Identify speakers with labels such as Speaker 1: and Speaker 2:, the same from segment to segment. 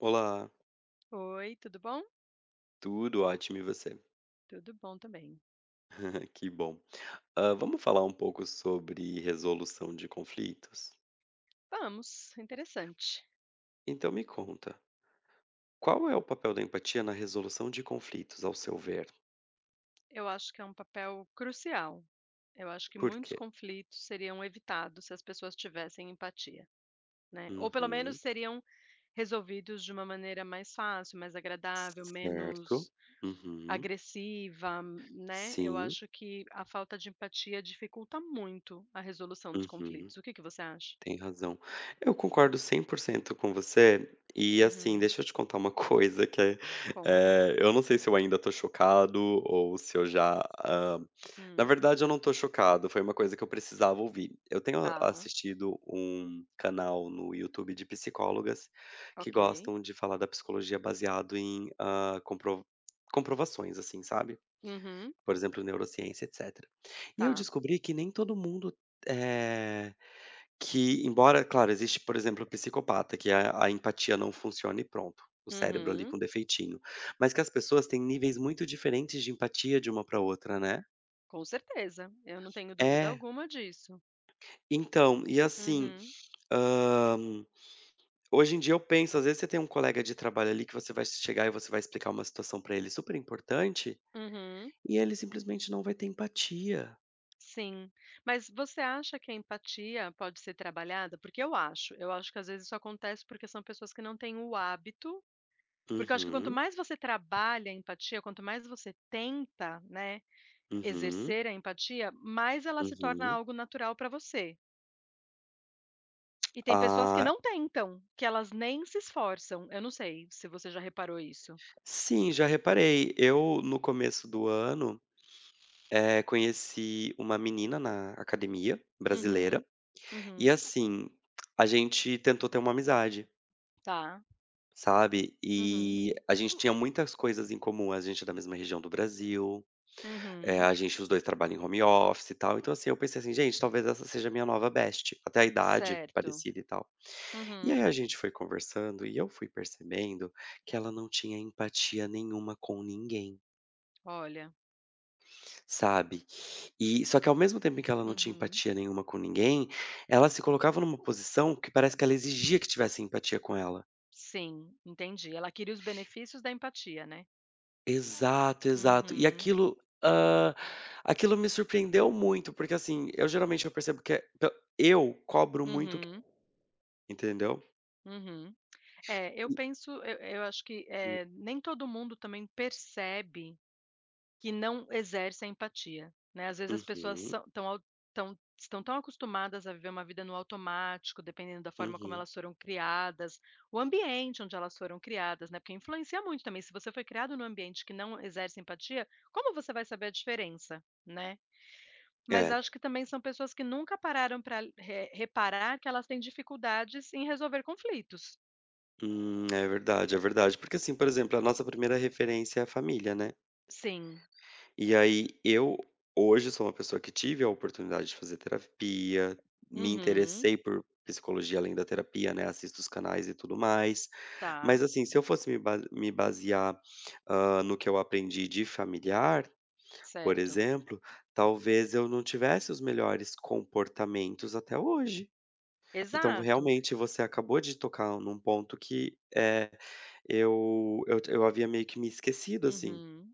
Speaker 1: Olá,
Speaker 2: Oi, tudo bom?
Speaker 1: tudo ótimo e você?
Speaker 2: Tudo bom também.
Speaker 1: Que bom. Ah, vamos falar um pouco sobre resolução de conflitos?
Speaker 2: Vamos, interessante.
Speaker 1: Então me conta, qual é o papel da empatia na resolução de conflitos, ao seu ver?
Speaker 2: Eu acho que é um papel crucial. Eu acho que
Speaker 1: Por
Speaker 2: muitos
Speaker 1: quê?
Speaker 2: conflitos seriam evitados se as pessoas tivessem empatia, né? Ou pelo menos
Speaker 1: Uhum.
Speaker 2: seriam resolvidos de uma maneira mais fácil, mais agradável,
Speaker 1: Certo.
Speaker 2: menos
Speaker 1: Uhum.
Speaker 2: agressiva, né? Eu
Speaker 1: Sim.
Speaker 2: acho que a falta de empatia dificulta muito a resolução dos
Speaker 1: Uhum.
Speaker 2: conflitos. O que que você acha?
Speaker 1: Tem razão. Eu concordo 100% com você. E assim,
Speaker 2: Uhum,
Speaker 1: deixa eu te contar uma coisa que é,
Speaker 2: conta.
Speaker 1: eu não sei se eu ainda tô chocado ou se eu já. Na
Speaker 2: Hum,
Speaker 1: verdade, eu não tô chocado, foi uma coisa que eu precisava ouvir. Eu tenho
Speaker 2: tá,
Speaker 1: assistido um canal no YouTube de psicólogas que
Speaker 2: ok.
Speaker 1: gostam de falar da psicologia baseado em comprovações, assim, sabe?
Speaker 2: Uhum,
Speaker 1: Por exemplo, neurociência, etc. E eu
Speaker 2: tá.
Speaker 1: descobri que nem todo mundo. eh, que embora, claro, existe, por exemplo, o psicopata, que a empatia não funciona e pronto, o cérebro ali
Speaker 2: Uhum.
Speaker 1: com defeitinho. Mas que as pessoas têm níveis muito diferentes de empatia de uma para outra, né.
Speaker 2: Com certeza, eu não tenho dúvida
Speaker 1: É,
Speaker 2: alguma disso.
Speaker 1: então, e assim,
Speaker 2: Uhum,
Speaker 1: hã, hoje em dia eu penso, às vezes você tem um colega de trabalho ali que você vai chegar e você vai explicar uma situação pra ele super importante,
Speaker 2: uhum,
Speaker 1: e ele simplesmente não vai ter empatia.
Speaker 2: sim. Mas você acha que a empatia pode ser trabalhada? Porque eu acho que às vezes isso acontece porque são pessoas que não têm o hábito, porque eu acho que quanto
Speaker 1: Uhum,
Speaker 2: mais você trabalha a empatia, quanto mais você tenta, né,
Speaker 1: uhum,
Speaker 2: exercer a empatia, mais ela se torna
Speaker 1: uhum.
Speaker 2: algo natural para você. E tem pessoas que
Speaker 1: Ah,
Speaker 2: não tentam, que elas nem se esforçam. Eu não sei se você já reparou isso.
Speaker 1: sim, já reparei. Eu, no começo do ano conheci uma menina na academia brasileira,
Speaker 2: Uhum,
Speaker 1: e
Speaker 2: uhum,
Speaker 1: assim, a gente tentou ter uma amizade,
Speaker 2: tá,
Speaker 1: sabe.
Speaker 2: uhum.
Speaker 1: E a gente tinha muitas coisas em comum, a gente é da mesma região do Brasil,
Speaker 2: Uhum,
Speaker 1: a gente os 2 trabalham em home office e tal, então assim, eu pensei assim: "Gente, talvez essa seja a minha nova best", até a idade
Speaker 2: certo.
Speaker 1: parecida e tal. E
Speaker 2: Uhum.
Speaker 1: aí a gente foi conversando, e eu fui percebendo que ela não tinha empatia nenhuma com ninguém.
Speaker 2: Olha,
Speaker 1: Sabe. E só que ao mesmo tempo em que ela não tinha
Speaker 2: uhum,
Speaker 1: empatia nenhuma com ninguém, ela se colocava numa posição que parece que ela exigia que tivesse empatia com ela.
Speaker 2: sim, entendi. Ela queria os benefícios da empatia, né.
Speaker 1: Exato, exato. E
Speaker 2: Uhum,
Speaker 1: aquilo, hã, aquilo me surpreendeu muito, porque, assim, eu geralmente eu percebo que é pe eu cobro muito o que
Speaker 2: uhum,
Speaker 1: entendeu?
Speaker 2: uhum. É, eu penso eu acho que,
Speaker 1: Uhum,
Speaker 2: nem todo mundo também percebe que não exerce a empatia, né. Às vezes as pessoas
Speaker 1: uhum.
Speaker 2: são estão ao estão tão acostumadas a viver uma vida no automático, dependendo da forma como
Speaker 1: Uhum.
Speaker 2: elas foram criadas, o ambiente onde elas foram criadas, né, porque influencia muito também. Se você foi criado num ambiente que não exerce empatia, como você vai saber a diferença, né? Mas
Speaker 1: É.
Speaker 2: acho que também são pessoas que nunca pararam para reparar que elas têm dificuldades em resolver conflitos.
Speaker 1: É verdade, é verdade. Porque, assim, por exemplo, a nossa primeira referência é a família, né?
Speaker 2: Sim.
Speaker 1: E aí eu hoje sou uma pessoa que tive a oportunidade de fazer terapia, me
Speaker 2: Uhum.
Speaker 1: interessei por psicologia além da terapia, né, assisto os canais e tudo mais.
Speaker 2: Tá,
Speaker 1: Mas assim, se eu fosse me basear, no que eu aprendi de familiar, por
Speaker 2: certo.
Speaker 1: exemplo, talvez eu não tivesse os melhores comportamentos até hoje. Então
Speaker 2: Exato.
Speaker 1: realmente você acabou de tocar num ponto que, é eu havia meio que me esquecido, assim.
Speaker 2: Uhum.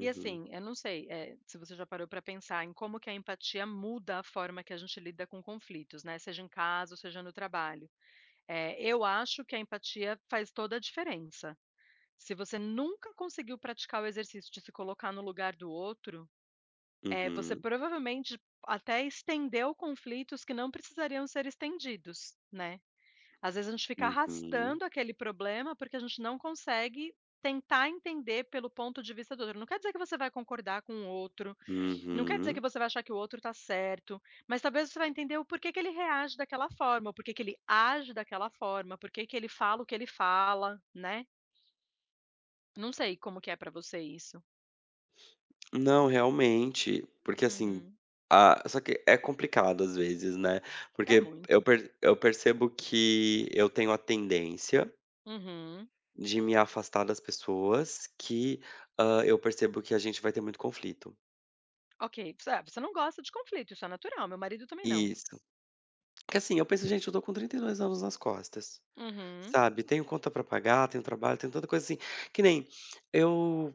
Speaker 2: E assim, eu não sei, se você já parou para pensar em como que a empatia muda a forma que a gente lida com conflitos, né, seja em casa ou seja no trabalho. Eu acho que a empatia faz toda a diferença. Se você nunca conseguiu praticar o exercício de se colocar no lugar do outro, você
Speaker 1: uhum,
Speaker 2: provavelmente até estendeu conflitos que não precisariam ser estendidos, né. Às vezes a gente fica
Speaker 1: uhum.
Speaker 2: arrastando aquele problema, porque a gente não consegue tentar entender pelo ponto de vista do outro. Não quer dizer que você vai concordar com o outro, não quer dizer que
Speaker 1: Uhum.
Speaker 2: você vai achar que o outro tá certo, mas talvez você vai entender o porquê que ele reage daquela forma, o porquê que ele age daquela forma, porquê que ele fala o que ele fala, né. Não sei como que é pra você isso.
Speaker 1: Não, realmente, porque assim,
Speaker 2: Uhum.
Speaker 1: a só que é complicado às vezes, né,
Speaker 2: É
Speaker 1: porque
Speaker 2: muito.
Speaker 1: eu percebo que eu tenho a tendência
Speaker 2: Uhum.
Speaker 1: de me afastar das pessoas que, eu percebo que a gente vai ter muito conflito.
Speaker 2: Ok, você não gosta de conflito, isso é natural, meu marido também não.
Speaker 1: Isso. Que assim, eu penso: "Gente, eu tô com 32 anos nas costas",
Speaker 2: Uhum.
Speaker 1: sabe, tenho conta pra pagar, tenho trabalho, tenho tanta coisa assim, que nem eu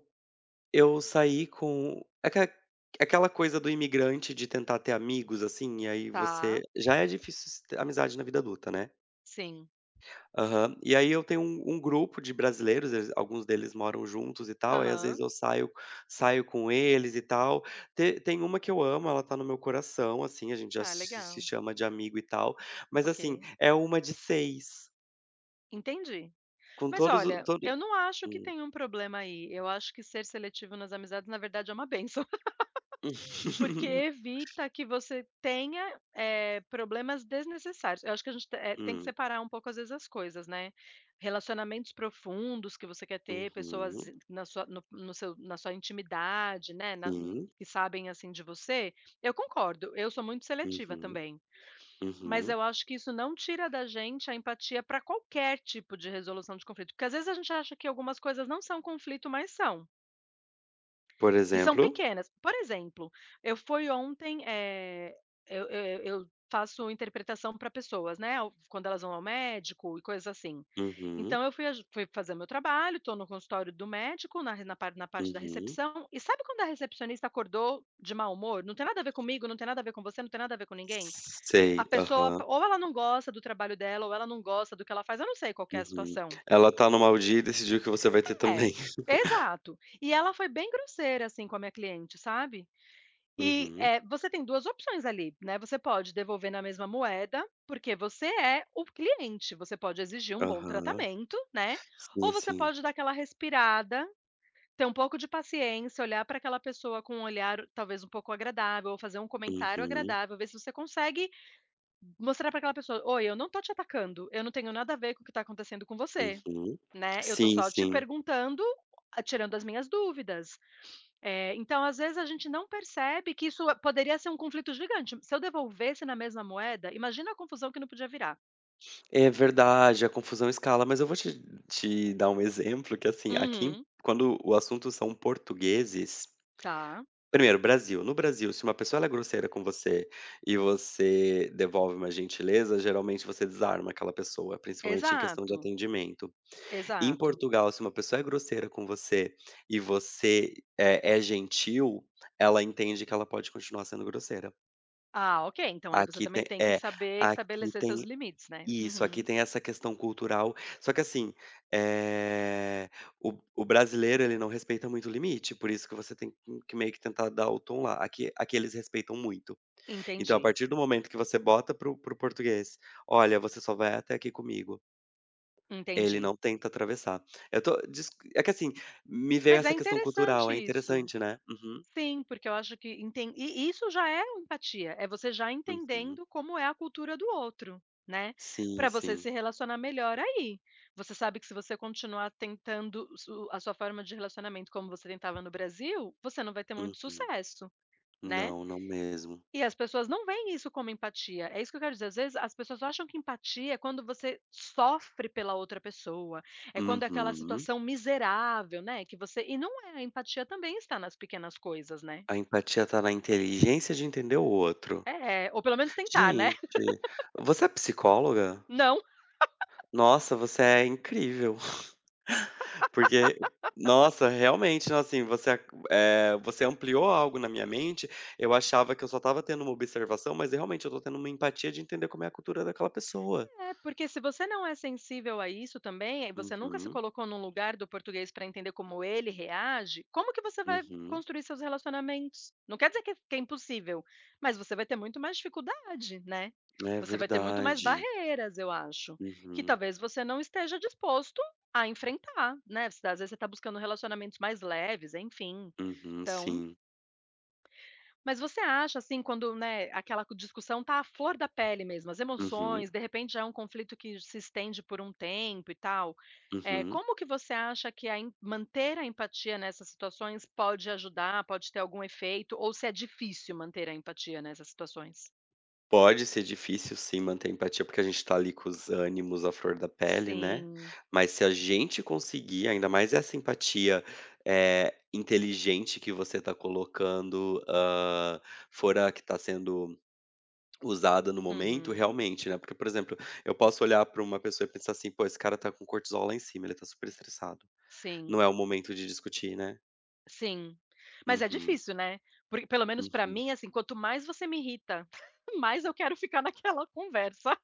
Speaker 1: Eu saí com aquela coisa do imigrante de tentar ter amigos, assim, e aí você
Speaker 2: Tá,
Speaker 1: já é difícil s ter amizade na vida adulta, né.
Speaker 2: sim.
Speaker 1: Aham. E aí eu tenho um grupo de brasileiros, eles alguns deles moram juntos e tal, aí às vezes
Speaker 2: Aham.
Speaker 1: eu saio com eles e tal. Te Tem uma que eu amo, ela tá no meu coração, assim, a gente já
Speaker 2: Ah,
Speaker 1: se
Speaker 2: legal.
Speaker 1: chama de amigo e tal, mas
Speaker 2: Ok,
Speaker 1: assim, é uma de seis,
Speaker 2: entendi.
Speaker 1: com
Speaker 2: Mas
Speaker 1: todos o
Speaker 2: olha,
Speaker 1: todo
Speaker 2: eu não acho que
Speaker 1: hum.
Speaker 2: tem um problema aí, eu acho que ser seletivo nas amizades, na verdade, é uma benção. Porque evita que você tenha, problemas desnecessários. Eu acho que a gente te eh, tem que
Speaker 1: Hum.
Speaker 2: separar um pouco, às vezes, as coisas, né. Relacionamentos profundos que você quer ter, pessoas
Speaker 1: Uhum.
Speaker 2: na sua no no seu na sua intimidade, né,
Speaker 1: Sim.
Speaker 2: que sabem, assim, de você, eu concordo, eu sou muito seletiva
Speaker 1: Uhum.
Speaker 2: também. Mas
Speaker 1: Uhum.
Speaker 2: eu acho que isso não tira da gente a empatia para qualquer tipo de resolução de conflito, porque às vezes a gente acha que algumas coisas não são conflito, mas são.
Speaker 1: Por
Speaker 2: Que são
Speaker 1: exemplo?
Speaker 2: pequenas. Por exemplo, eu fui ontem, eu faço interpretação para pessoas, né, ao quando elas vão ao médico e coisas assim.
Speaker 1: Uhum,
Speaker 2: Então eu fui aju fui fazer meu trabalho, estou no consultório do médico, na parte da
Speaker 1: uhum.
Speaker 2: recepção, e sabe quando a recepcionista acordou de mau humor? Não tem nada a ver comigo, não tem nada a ver com você, não tem nada a ver com ninguém.
Speaker 1: Sei,
Speaker 2: A pessoa
Speaker 1: aham,
Speaker 2: p ou ela não gosta do trabalho dela ou ela não gosta do que ela faz, eu não sei qual que é a
Speaker 1: uhum.
Speaker 2: situação.
Speaker 1: Ela tá numa aldia e decidiu que você vai ter
Speaker 2: É,
Speaker 1: também.
Speaker 2: exato. E ela foi bem grosseira, assim, com a minha cliente, sabe? E,
Speaker 1: Uhum,
Speaker 2: você tem 2 opções ali, né, você pode devolver na mesma moeda, porque você é o cliente, você pode exigir um bom
Speaker 1: aham.
Speaker 2: tratamento, né, ou
Speaker 1: Sim,
Speaker 2: você
Speaker 1: sim.
Speaker 2: pode dar aquela respirada, ter um pouco de paciência, olhar para aquela pessoa com um olhar talvez um pouco agradável ou fazer um comentário
Speaker 1: Uhum,
Speaker 2: agradável, ver se você consegue mostrar para aquela pessoa: "Oi, eu não tô te atacando, eu não tenho nada a ver com o que está acontecendo com você,
Speaker 1: uhum.
Speaker 2: né, eu tô
Speaker 1: Sim,
Speaker 2: só te
Speaker 1: sim.
Speaker 2: perguntando, ah, tirando as minhas dúvidas." Então às vezes a gente não percebe que isso poderia ser um conflito gigante. Se eu devolvesse na mesma moeda, imagina a confusão que não podia virar.
Speaker 1: É verdade, a confusão escala, mas eu vou te dar um exemplo que, assim,
Speaker 2: Uhum,
Speaker 1: quando o assunto são portugueses
Speaker 2: tá.
Speaker 1: primeiro, Brasil. No Brasil, se uma pessoa ela é grosseira com você e você devolve uma gentileza, geralmente você desarma aquela pessoa, principalmente em questão de
Speaker 2: Exato,
Speaker 1: atendimento. Em
Speaker 2: exato.
Speaker 1: Portugal, se uma pessoa é grosseira com você e você é gentil, ela entende que ela pode continuar sendo grosseira.
Speaker 2: Ah, ok, então aí você
Speaker 1: Aqui
Speaker 2: também
Speaker 1: tem
Speaker 2: tem que
Speaker 1: é,
Speaker 2: saber
Speaker 1: aqui
Speaker 2: estabelecer seus
Speaker 1: tem
Speaker 2: limites, né.
Speaker 1: isso, aqui
Speaker 2: Uhum,
Speaker 1: tem essa questão cultural. Só que assim, eh, o brasileiro ele não respeita muito o limite, por isso que você tem que meio que tentar dar o tom lá. Aqui eles respeitam muito. Então a
Speaker 2: entendi,
Speaker 1: partir do momento que você bota pro o português: "Olha, você só vai até aqui comigo". Ele
Speaker 2: entendi.
Speaker 1: não tenta atravessar. Eu tô dis É que assim, me veio
Speaker 2: Mas é
Speaker 1: essa questão cultural,
Speaker 2: interessante
Speaker 1: é
Speaker 2: isso.
Speaker 1: interessante, né. Uhum,
Speaker 2: Sim, porque eu acho que enten e isso já é empatia, é você já
Speaker 1: uhum.
Speaker 2: entendendo como é a cultura do outro, né, para
Speaker 1: Sim,
Speaker 2: você
Speaker 1: sim.
Speaker 2: se relacionar melhor aí. Você sabe que se você continuar tentando su a sua forma de relacionamento como você tentava no Brasil, você não vai ter muito
Speaker 1: Uhum.
Speaker 2: sucesso, né.
Speaker 1: Não, não mesmo.
Speaker 2: E as pessoas não veem isso como empatia, é isso que eu quero dizer, às vezes as pessoas acham que empatia é quando você sofre pela outra pessoa, é quando é aquela
Speaker 1: Uhum.
Speaker 2: situação miserável, né, que você e não é, a empatia também está nas pequenas coisas, né.
Speaker 1: A empatia tá na inteligência de entender o outro.
Speaker 2: É, ou pelo menos tentar, né.
Speaker 1: Gente, você é psicóloga?
Speaker 2: Não,
Speaker 1: Nossa, você é incrível. Porque nossa, realmente, não, assim, você ac você ampliou algo na minha mente, eu achava que eu só estava tendo uma observação, mas realmente eu estou tendo uma empatia de entender como é a cultura daquela pessoa.
Speaker 2: é, porque se você não é sensível a isso também, aí você nunca se
Speaker 1: Uhum,
Speaker 2: colocou num lugar do português para entender como ele reage, como que você vai
Speaker 1: uhum.
Speaker 2: construir seus relacionamentos? Não quer dizer que é impossível, mas você vai ter muito mais dificuldade, né.
Speaker 1: É
Speaker 2: Você vai ter muito mais
Speaker 1: verdade.
Speaker 2: barreiras, eu acho, que
Speaker 1: Uhum,
Speaker 2: talvez você não esteja disposto a enfrentar, né, às vezes você está buscando relacionamentos mais leves, enfim.
Speaker 1: uhum,
Speaker 2: Então
Speaker 1: sim.
Speaker 2: mas você acha, assim, quando, né, aquela co discussão tá à flor da pele mesmo, as
Speaker 1: Uhum,
Speaker 2: emoções, de repente já é um conflito que se estende por um tempo e tal, é
Speaker 1: uhum.
Speaker 2: como que você acha que a em manter a empatia nessas situações pode ajudar, pode ter algum efeito, ou se é difícil manter a empatia nessas situações?
Speaker 1: Pode ser difícil sim manter a empatia, porque a gente tá ali com os ânimos à flor da pele, né.
Speaker 2: Sim.
Speaker 1: Mas se a gente conseguir, ainda mais essa empatia, inteligente que você tá colocando, for a que tá sendo usada no momento,
Speaker 2: Uhum.
Speaker 1: realmente, né. Porque, por exemplo, eu posso olhar pra uma pessoa e pensar assim: "Pô, esse cara tá com cortisol lá em cima, ele tá super estressado. Não
Speaker 2: Sim,
Speaker 1: é o momento de discutir, né".
Speaker 2: sim. Mas é
Speaker 1: Uhum,
Speaker 2: difícil, né, porque pelo menos pra
Speaker 1: uhum.
Speaker 2: mim, assim, quanto mais você me irrita, mais eu quero ficar naquela conversa.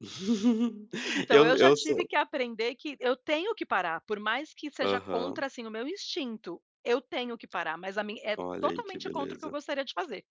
Speaker 2: Então,
Speaker 1: Eu
Speaker 2: eu já
Speaker 1: eu
Speaker 2: tive
Speaker 1: sou
Speaker 2: que aprender que eu tenho que parar, por mais que seja
Speaker 1: aham.
Speaker 2: contra, assim, o meu instinto, eu tenho que parar, mas a mim é
Speaker 1: Olha aí que
Speaker 2: totalmente contra o que eu
Speaker 1: beleza.
Speaker 2: gostaria de fazer.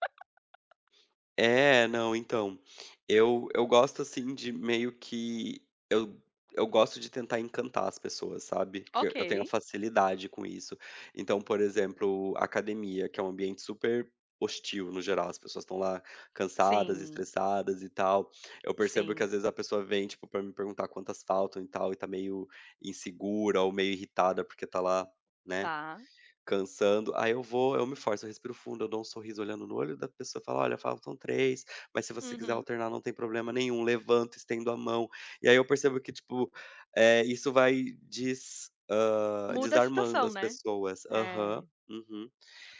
Speaker 1: É, não, então, eu gosto, assim, de meio que eu gosto de tentar encantar as pessoas, sabe, que
Speaker 2: Ok,
Speaker 1: eu tenho facilidade com isso. Então, por exemplo, academia, que é um ambiente super hostil no geral, as pessoas estão lá cansadas,
Speaker 2: sim,
Speaker 1: estressadas e tal. Eu percebo que
Speaker 2: sim,
Speaker 1: às vezes a pessoa vem, tipo, pra me perguntar quantas faltam e tal, e tá meio insegura ou meio irritada porque tá lá, né.
Speaker 2: tá.
Speaker 1: Cansando, aí eu vou eu me forço, eu respiro fundo, eu dou um sorriso olhando no olho da pessoa, falo: "Olha, faltam três, mas se você quiser
Speaker 2: Uhum.
Speaker 1: alternar não tem problema nenhum", levanto, estendo a mão, e aí eu percebo que, tipo, isso vai des
Speaker 2: Muda a
Speaker 1: desarmando
Speaker 2: situação,
Speaker 1: as
Speaker 2: né.
Speaker 1: pessoas. Aham,
Speaker 2: É.
Speaker 1: uhum.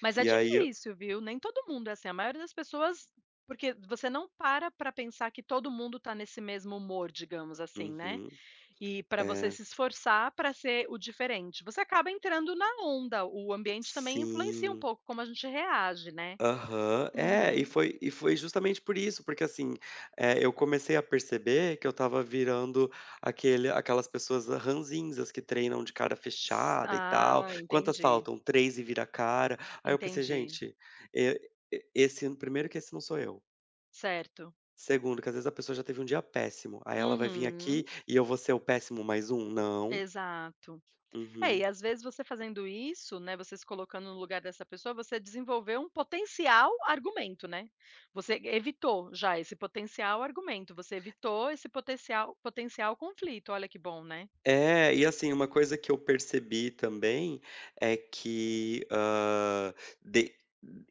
Speaker 2: Mas é
Speaker 1: E aí eu
Speaker 2: difícil, viu, nem todo mundo é assim, a maioria das pessoas porque você não para para pensar que todo mundo tá nesse mesmo humor, digamos assim, né.
Speaker 1: uhum,
Speaker 2: E para você
Speaker 1: é.
Speaker 2: se esforçar para ser o diferente. Você acaba entrando na onda, o ambiente também influencia um
Speaker 1: Sim.
Speaker 2: pouco como a gente reage, né.
Speaker 1: Aham. É,
Speaker 2: Uhum.
Speaker 1: e foi justamente por isso, porque assim, eu comecei a perceber que eu estava virando aquele aquelas pessoas ranzinzas que treinam de cara
Speaker 2: S
Speaker 1: fechada e tal.
Speaker 2: ah,
Speaker 1: Quantas
Speaker 2: entendi,
Speaker 1: faltam? Três e vira a cara. Aí eu pensei:
Speaker 2: entendi.
Speaker 1: "Gente, e esse primeiro que esse não sou eu.
Speaker 2: Certo.
Speaker 1: Segundo, que às vezes a pessoa já teve um dia péssimo, aí ela vai vir
Speaker 2: Uhum.
Speaker 1: aqui e eu vou ser o péssimo mais um? Não".
Speaker 2: Exato. É,
Speaker 1: Uhum.
Speaker 2: e às vezes você fazendo isso, né, você se colocando no lugar dessa pessoa, você desenvolveu um potencial argumento, né. Você evitou já esse potencial argumento, você evitou esse potencial conflito, olha que bom, né.
Speaker 1: É, e assim, uma coisa que eu percebi também é que, de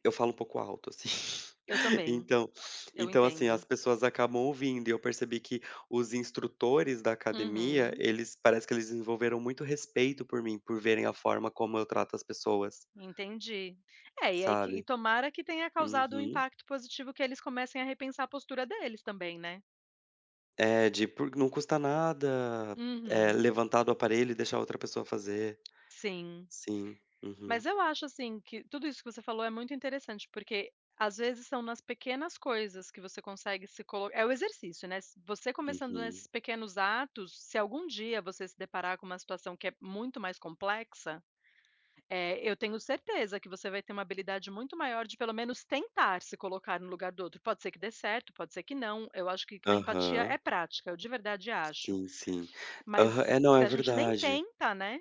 Speaker 1: eu falo um pouco alto, assim.
Speaker 2: Eu também,
Speaker 1: Então
Speaker 2: eu
Speaker 1: então, assim,
Speaker 2: entendo.
Speaker 1: as pessoas acabam ouvindo, e eu percebi que os instrutores da academia,
Speaker 2: Uhum,
Speaker 1: eles parece que eles desenvolveram muito respeito por mim, por verem a forma como eu trato as pessoas,
Speaker 2: entendi. É, e aí que e
Speaker 1: sabe.
Speaker 2: tomara que tenha causado um
Speaker 1: Uhum.
Speaker 2: impacto positivo que eles comecem a repensar a postura deles também, né.
Speaker 1: É, de por não custa nada,
Speaker 2: Uhum.
Speaker 1: levantar do aparelho e deixar outra pessoa fazer.
Speaker 2: Sim.
Speaker 1: Sim. Uhum.
Speaker 2: Mas eu acho, assim, que tudo isso que você falou é muito interessante, porque às vezes são nas pequenas coisas que você consegue se colo é o exercício, né, se você começando
Speaker 1: Uhum.
Speaker 2: nesses pequenos atos, se algum dia você se deparar com uma situação que é muito mais complexa. É, eu tenho certeza que você vai ter uma habilidade muito maior de pelo menos tentar se colocar no lugar do outro. Pode ser que dê certo, pode ser que não. Eu acho que a empatia
Speaker 1: Aham.
Speaker 2: é prática, eu de verdade acho.
Speaker 1: Sim, sim. Aham.
Speaker 2: Mas
Speaker 1: É, não,
Speaker 2: se
Speaker 1: é
Speaker 2: a gente nem
Speaker 1: verdade.
Speaker 2: tenta, né?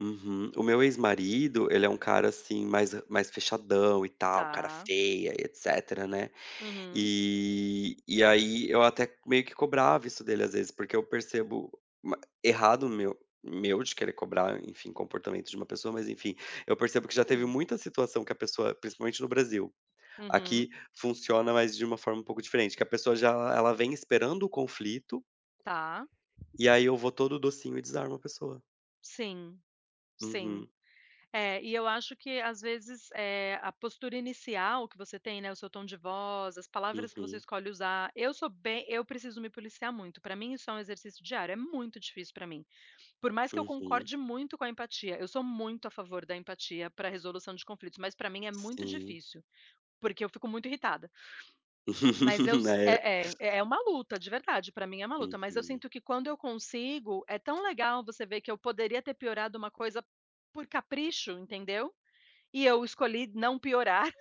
Speaker 1: Uhum. O meu ex-marido, ele é um cara, assim, mais mais fechadão e tal, cara
Speaker 2: Tá.
Speaker 1: feia e etcétera, né.
Speaker 2: Uhum.
Speaker 1: E aí eu até meio que cobrava isso dele às vezes, porque eu percebo ma errado meu de querer cobrar, enfim, comportamento de uma pessoa, mas enfim, eu percebo que já teve
Speaker 2: Hum,
Speaker 1: muita situação que a pessoa principalmente no Brasil,
Speaker 2: uhum.
Speaker 1: aqui funciona, mas de uma forma um pouco diferente, que a pessoa já ela vem esperando o conflito,
Speaker 2: Tá.
Speaker 1: e aí eu vou todo docinho e desarmo a pessoa.
Speaker 2: Sim. Sim.
Speaker 1: Uhum,
Speaker 2: É, e eu acho que às vezes é, a postura inicial que você tem, né, o seu tom de voz, as palavras que você
Speaker 1: uhum,
Speaker 2: escolhe usar. Eu sou bem, eu preciso me policiar muito. Para mim isso é um exercício diário. É muito difícil para mim. Por mais que eu
Speaker 1: uhum.
Speaker 2: concorde muito com a empatia, eu sou muito a favor da empatia para resolução de conflitos, mas para mim é muito
Speaker 1: Sim.
Speaker 2: difícil, porque eu fico muito irritada. Mas eu s
Speaker 1: É.
Speaker 2: é uma luta, de verdade, para mim é uma luta, mas eu
Speaker 1: Uhum.
Speaker 2: sinto que quando eu consigo, é tão legal você ver que eu poderia ter piorado uma coisa por capricho, entendeu? E eu escolhi não piorar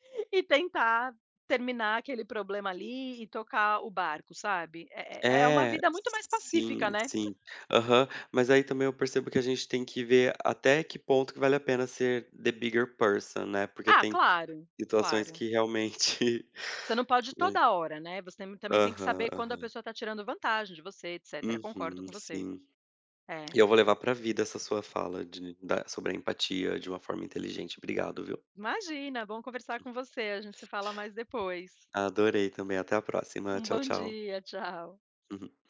Speaker 2: e tentar terminar aquele problema ali e tocar o barco, sabe? É uma
Speaker 1: É,
Speaker 2: vida muito mais
Speaker 1: sim,
Speaker 2: pacífica, né?
Speaker 1: sim. Aham. Mas aí também eu percebo que a gente tem que ver até que ponto que vale a pena ser the bigger person, né, porque
Speaker 2: Ah,
Speaker 1: tem
Speaker 2: claro,
Speaker 1: situações
Speaker 2: claro.
Speaker 1: que realmente
Speaker 2: Você não pode
Speaker 1: né.
Speaker 2: toda hora, né, você tem também tem que
Speaker 1: Aham,
Speaker 2: saber quando a
Speaker 1: aham.
Speaker 2: pessoa está tirando vantagem de você, etcétera. Concordo
Speaker 1: Uhum,
Speaker 2: com você.
Speaker 1: sim.
Speaker 2: É.
Speaker 1: E eu vou levar pra vida essa sua fala de da sobre a empatia de uma forma inteligente. Obrigado, viu.
Speaker 2: Imagina, bom conversar com você, a gente se fala mais depois.
Speaker 1: Adorei também. Até a próxima.
Speaker 2: Um
Speaker 1: Tchau,
Speaker 2: bom
Speaker 1: tchau.
Speaker 2: dia, tchau.